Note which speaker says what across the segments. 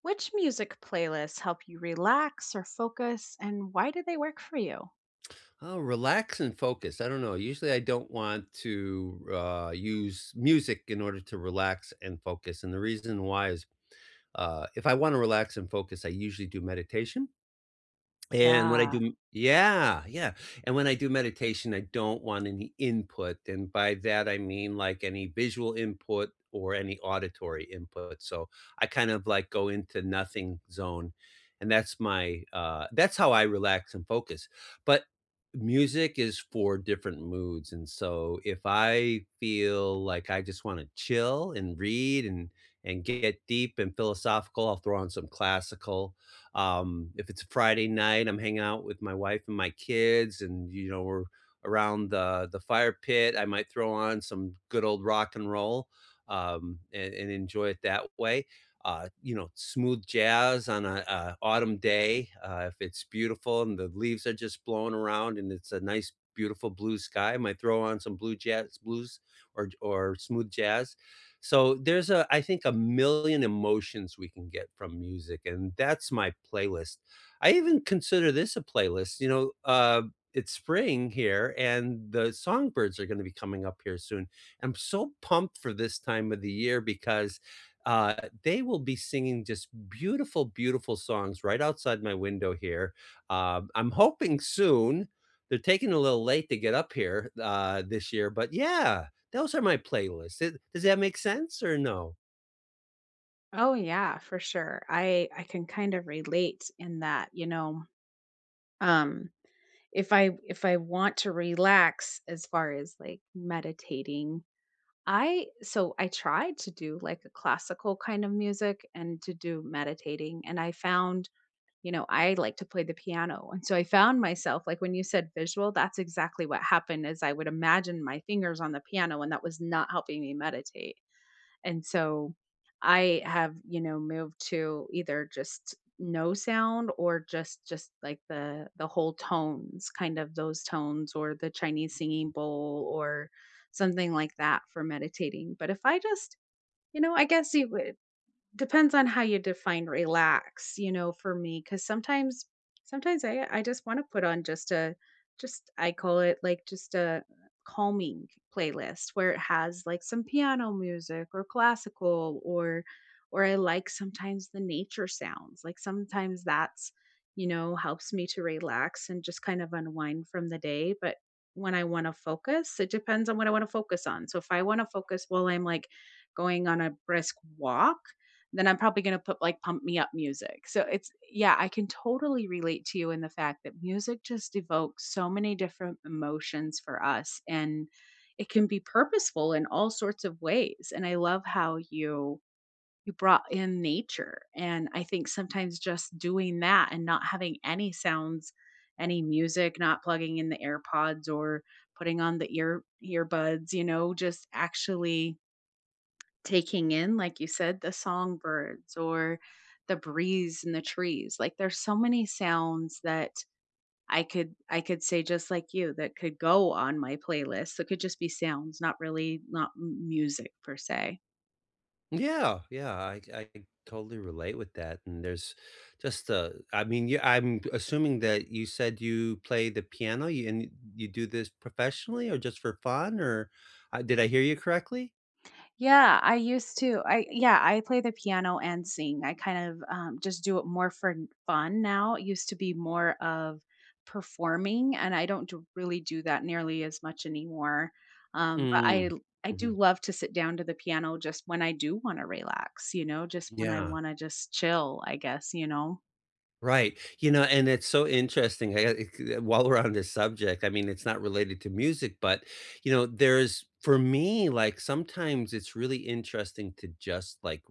Speaker 1: Which music playlists help you relax or focus, and why do they work for you?
Speaker 2: Oh, relax and focus. I don't know. Usually I don't want to use music in order to relax and focus. And the reason why is if I want to relax and focus, I usually do meditation. And when I
Speaker 1: Yeah.
Speaker 2: do, yeah, yeah, and when I do meditation, I don't want any input, and by that I mean, like, any visual input or any auditory input, so I kind of, like, go into nothing zone, and that's my, that's how I relax and focus, but music is for different moods, and so if I feel like I just wanna chill and read and get deep and philosophical, I'll throw on some classical. If it's a Friday night, I'm hanging out with my wife and my kids, and you know we're around the fire pit. I might throw on some good old rock and roll and enjoy it that way. Smooth jazz on a autumn day if it's beautiful and the leaves are just blowing around and it's a nice, beautiful blue sky. I might throw on some blue jazz, blues or smooth jazz, so there's a, I think, a million emotions we can get from music, and that's my playlist. I even consider this a playlist, it's spring here and the songbirds are going to be coming up here soon. I'm so pumped for this time of the year because uh, they will be singing just beautiful, beautiful songs right outside my window here. I'm hoping soon. They're taking a little late to get up here this year, but yeah, those are my playlists. It Does that make sense or no?
Speaker 1: Oh yeah, for sure. I can kind of relate in that. Um if I want to relax as far as like meditating, I so I tried to do like a classical kind of music and to do meditating, and I found. I like to play the piano. And so I found myself, like, when you said visual, that's exactly what happened is I would imagine my fingers on the piano, and that was not helping me meditate. And so I have, you know, moved to either just no sound or just like the whole tones, kind of those tones, or the Chinese singing bowl or something like that for meditating. But if I just, you know, I guess you... Depends on how you define relax, you know, for me, because sometimes I just wanna put on just a, just, I call it, like, just a calming playlist where it has, like, some piano music or classical, or I like sometimes the nature sounds. Like, sometimes that's, you know, helps me to relax and just kind of unwind from the day. But when I wanna focus, it depends on what I wanna focus on. So if I wanna focus while I'm, like, going on a brisk walk, then I'm probably going to put, like, pump me up music. So it's, yeah, I can totally relate to you in the fact that music just evokes so many different emotions for us, and it can be purposeful in all sorts of ways. And I love how you brought in nature. And I think sometimes just doing that and not having any sounds, any music, not plugging in the AirPods or putting on the earbuds, you know, just actually taking in, like you said, the songbirds or the breeze in the trees. Like, there's so many sounds that I could say, just like you, that could go on my playlist. So it could just be sounds, not really not music per se.
Speaker 2: Yeah, yeah, I totally relate with that, and there's just a I mean, you, I'm assuming that you said you play the piano, you, and you do this professionally or just for fun, or did I hear you correctly?
Speaker 1: Yeah, I used to. I Yeah, I play the piano and sing. I kind of just do it more for fun now. It used to be more of performing, and I don't really do that nearly as much anymore. But I
Speaker 2: Mm,
Speaker 1: I do
Speaker 2: mhm,
Speaker 1: love to sit down to the piano just when I do want to relax. Just when I
Speaker 2: yeah,
Speaker 1: want to just chill. I guess.
Speaker 2: right. You know, and it's so interesting, I it while we're on this subject, I mean, it's not related to music, but, you know, there's for me, like, sometimes it's really interesting to just, like,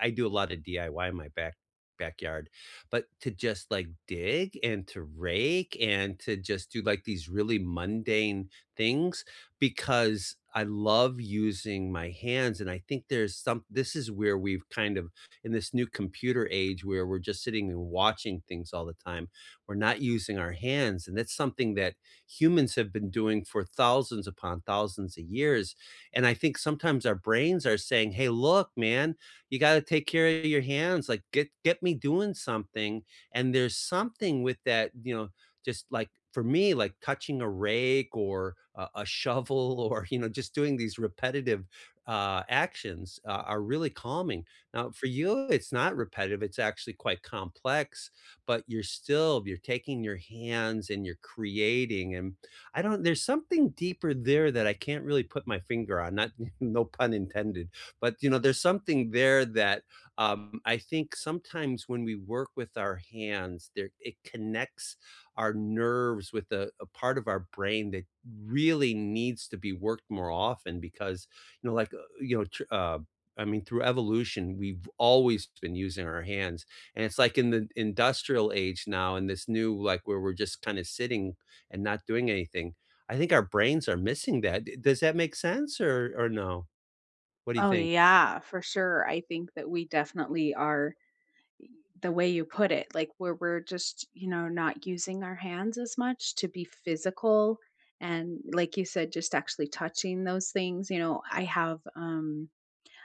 Speaker 2: I do a lot of DIY in my backyard, but to just like dig and to rake and to just do like these really mundane things because I love using my hands. And I think there's some, this is where we've kind of in this new computer age where we're just sitting and watching things all the time. We're not using our hands. And that's something that humans have been doing for thousands upon thousands of years. And I think sometimes our brains are saying, hey, look, man, you got to take care of your hands. Like get me doing something. And there's something with that, you know, just like for me, like touching a rake or a shovel or you know, just doing these repetitive actions are really calming. Now, for you, it's not repetitive; it's actually quite complex. But you're taking your hands and you're creating. And I don't. There's something deeper there that I can't really put my finger on. Not no pun intended, but you know there's something there that I think sometimes when we work with our hands there, it connects our nerves with a part of our brain that really needs to be worked more often because you know like uh, you know tr- uh, I mean, through evolution, we've always been using our hands, and it's like in the industrial age now, and this new, like, where we're just kind of sitting and not doing anything. I think our brains are missing that. Does that make sense, or no? What do you
Speaker 1: Oh
Speaker 2: think?
Speaker 1: yeah, for sure. I think that we definitely are the way you put it, like where we're just, you know, not using our hands as much to be physical. And like you said, just actually touching those things. You know, I have um,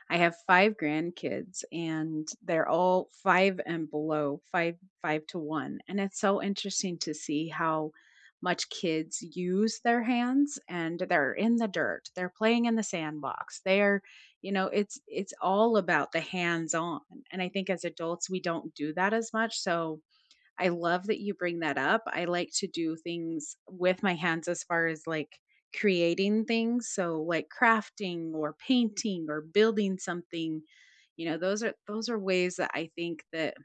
Speaker 1: I have 5 grandkids, and they're all 5 and below, 5 5 to 1. And it's so interesting to see how much kids use their hands. And they're in the dirt, they're playing in the sandbox, they're you know, it's all about the hands-on. And I think as adults, we don't do that as much, so I love that you bring that up. I like to do things with my hands as far as, like, creating things. So, like, crafting or painting or building something, you know, those are ways that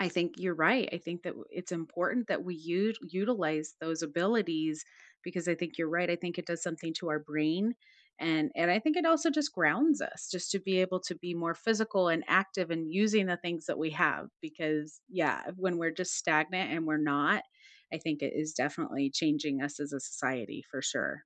Speaker 1: I think you're right. I think that it's important that we utilize those abilities because I think you're right. I think it does something to our brain. And I think it also just grounds us, just to be able to be more physical and active and using the things that we have. Because, yeah, when we're just stagnant and we're not, I think it is definitely changing us as a society for sure.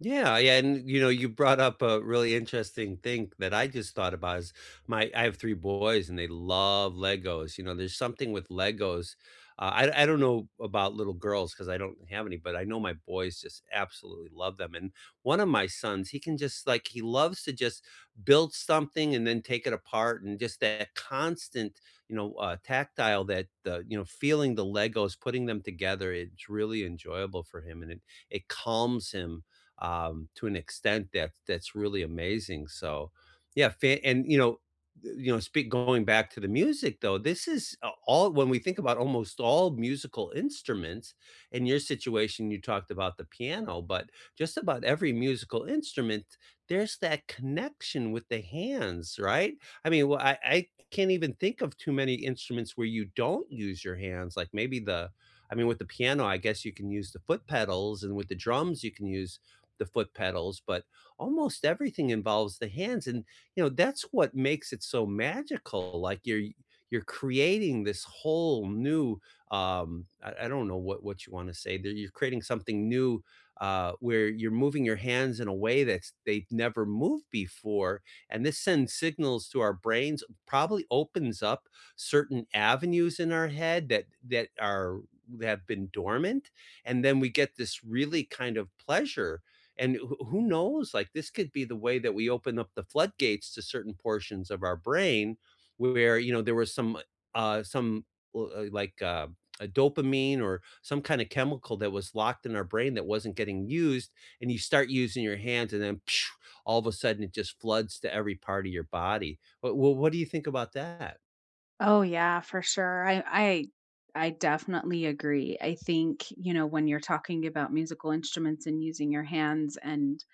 Speaker 2: Yeah, yeah, and you know, you brought up a really interesting thing that I just thought about is my I have 3 boys and they love Legos. You know, there's something with Legos. I don't know about little girls because I don't have any, but I know my boys just absolutely love them. And one of my sons, he can just like, he loves to just build something and then take it apart and just that constant, you know, tactile, that the you know, feeling the Legos, putting them together, it's really enjoyable for him and it calms him to an extent that that's really amazing. So, yeah, fa- and you know, speak going back to the music though, this is all when we think about almost all musical instruments. In your situation, you talked about the piano, but just about every musical instrument, there's that connection with the hands, right? I mean, well, I can't even think of too many instruments where you don't use your hands. Like maybe I mean, with the piano, I guess you can use the foot pedals, and with the drums, you can use the foot pedals, but almost everything involves the hands, and, you know, that's what makes it so magical, like, you're creating this whole new, I don't know what you wanna say there, you're creating something new, where you're moving your hands in a way that's they've never moved before, and this sends signals to our brains, probably opens up certain avenues in our head that are that have been dormant, and then we get this really kind of pleasure, and who knows? Like, this could be the way that we open up the floodgates to certain portions of our brain where, you know, there was some, uh, some l- uh, like, uh, a dopamine or some kind of chemical that was locked in our brain that wasn't getting used, and you start using your hands and then all of a sudden it just floods to every part of your body. What do you think about that?
Speaker 1: Oh yeah, for sure. I definitely agree. I think, you know, when you're talking about musical instruments and using your hands, and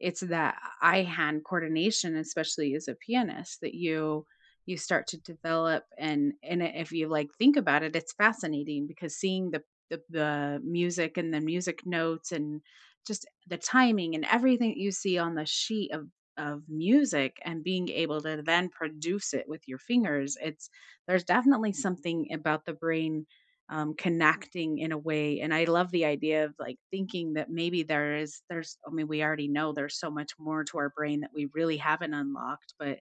Speaker 1: it's that eye hand coordination, especially as a pianist, that you start to develop. And if you, like, think about it, it's fascinating because seeing the music and the music notes and just the timing and everything you see on the sheet of music, and being able to then produce it with your fingers, it's there's definitely something about the brain connecting in a way. And I love the idea of, like, thinking that maybe there's, I mean, we already know there's so much more to our brain that we really haven't unlocked. But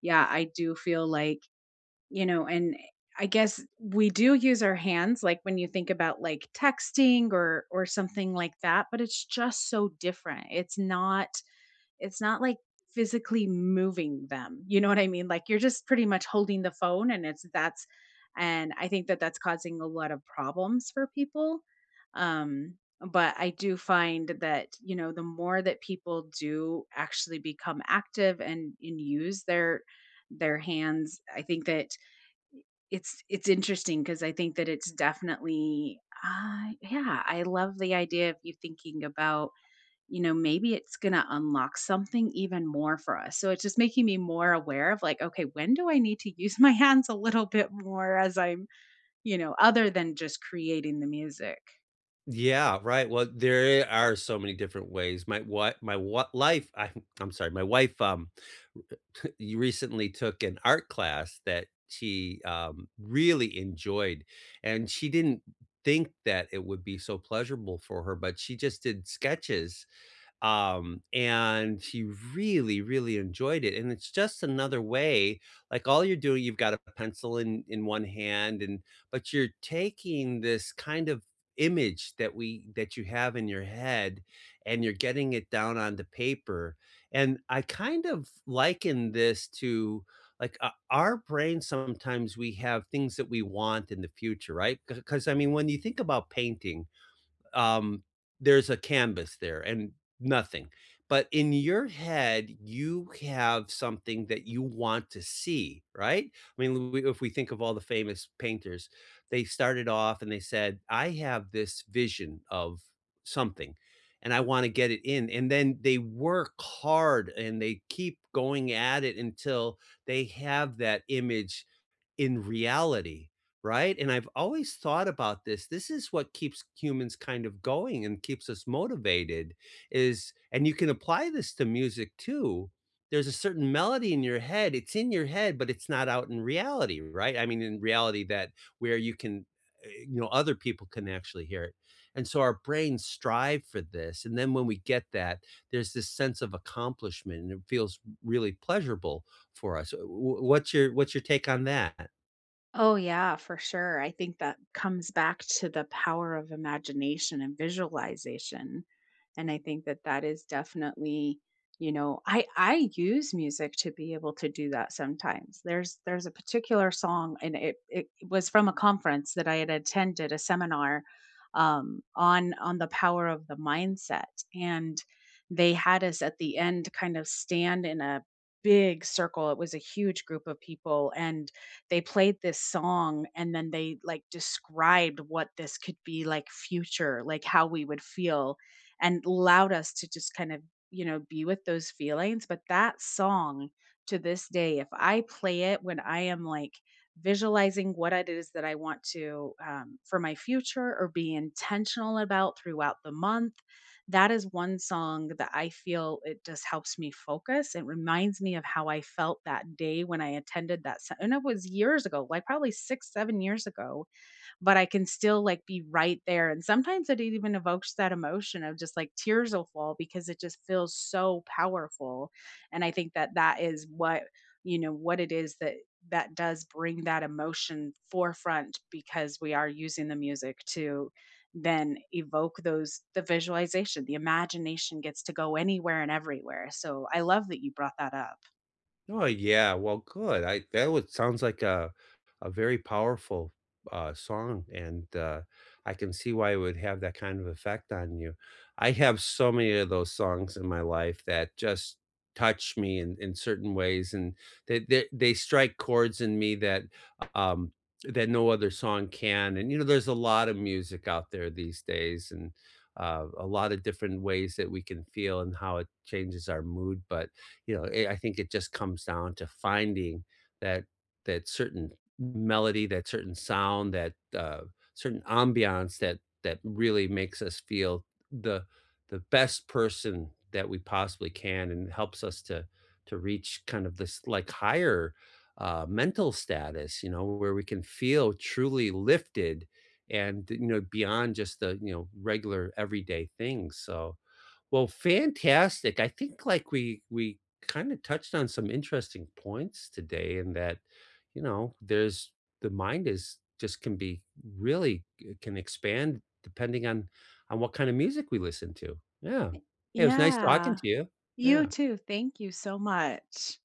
Speaker 1: yeah, I do feel like, you know, and I guess we do use our hands, like when you think about, like, texting or something like that. But it's just so different. It's not like physically moving them, you know what I mean? Like, you're just pretty much holding the phone, and it's that's, and I think that that's causing a lot of problems for people. um, but I do find that, you know, the more that people do actually become active and use their hands, I think that it's interesting. Because I think that it's definitely, yeah, I love the idea of you thinking about, you know, maybe it's going to unlock something even more for us. So it's just making me more aware of, like, okay, when do I need to use my hands a little bit more, as I'm, you know, other than just creating the music?
Speaker 2: Yeah, right. Well, there are so many different ways. My what life I I'm sorry, my wife you recently took an art class that she really enjoyed, and she didn't think that it would be so pleasurable for her, but she just did sketches, and he really, really enjoyed it, and it's just another way. Like, all you're doing, you've got a pencil in one hand, and but you're taking this kind of image that we that you have in your head, and you're getting it down onto paper, and I kind of liken this to, like, o our brain. Sometimes we have things that we want in the future, right? Because I mean, when you think about painting, um, there's a canvas there and nothing. But in your head, you have something that you want to see, right? I mean, if we think of all the famous painters, they started off and they said, I have this vision of something and I want to get it in. And then they work hard and they keep going at it until they have that image in reality, right? And I've always thought about this. This is what keeps humans kind of going and keeps us motivated, is, and you can apply this to music too. There's a certain melody in your head. It's in your head, but it's not out in reality, right? I mean, in reality that where you can you know, other people can actually hear it. And so our brains strive for this. And then when we get that, there's this sense of accomplishment and it feels really pleasurable for us. What's your take on that?
Speaker 1: Oh, yeah, for sure. I think that comes back to the power of imagination and visualization. And I think that that is definitely, you know, I use music to be able to do that sometimes. There's a particular song, and it was from a conference that I had attended, a seminar on the power of the mindset. And they had us at the end kind of stand in a big circle. It was a huge group of people, and they played this song, and then they, like, described what this could be, like, future, like, how we would feel, and allowed us to just kind of, you know, be with those feelings. But that song, to this day, if I play it when I am, like, visualizing what it is that I want to, for my future, or be intentional about throughout the month, that is one song that I feel it just helps me focus. It reminds me of how I felt that day when I attended that se and it was years ago, like, probably 6, 7 years ago. But I can still, like, be right there. And sometimes it even evokes that emotion of just, like, tears will fall because it just feels so powerful. And I think that that is what, you know, what it is that that does bring that emotion forefront, because we are using the music to then evoke those the visualization. The imagination gets to go anywhere and everywhere. So I love that you brought that up.
Speaker 2: Oh, yeah, well, good, I that would sounds like a very powerful, song, and, I can see why it would have that kind of effect on you. I have so many of those songs in my life that just touch me in certain ways, and they strike chords in me that, um that no other song can, and, you know, there's a lot of music out there these days and, a lot of different ways that we can feel and how it changes our mood, but you know, I think it just comes down to finding that, that certain melody, that certain sound, that, certain ambiance that really makes us feel the the best person that we possibly can, and helps us to reach kind of this, like, higher, mental status, you know, where we can feel truly lifted and, you know, beyond just the, you know, regular everyday things, so, well, fantastic. I think like we kind of touched on some interesting points today in that, you know, there's the mind is just can be really it can expand depending on what kind of music we listen to. Yeah. Hey, it was nice talking
Speaker 1: Yeah.
Speaker 2: to you.
Speaker 1: You
Speaker 2: Yeah.
Speaker 1: too. Thank you so much.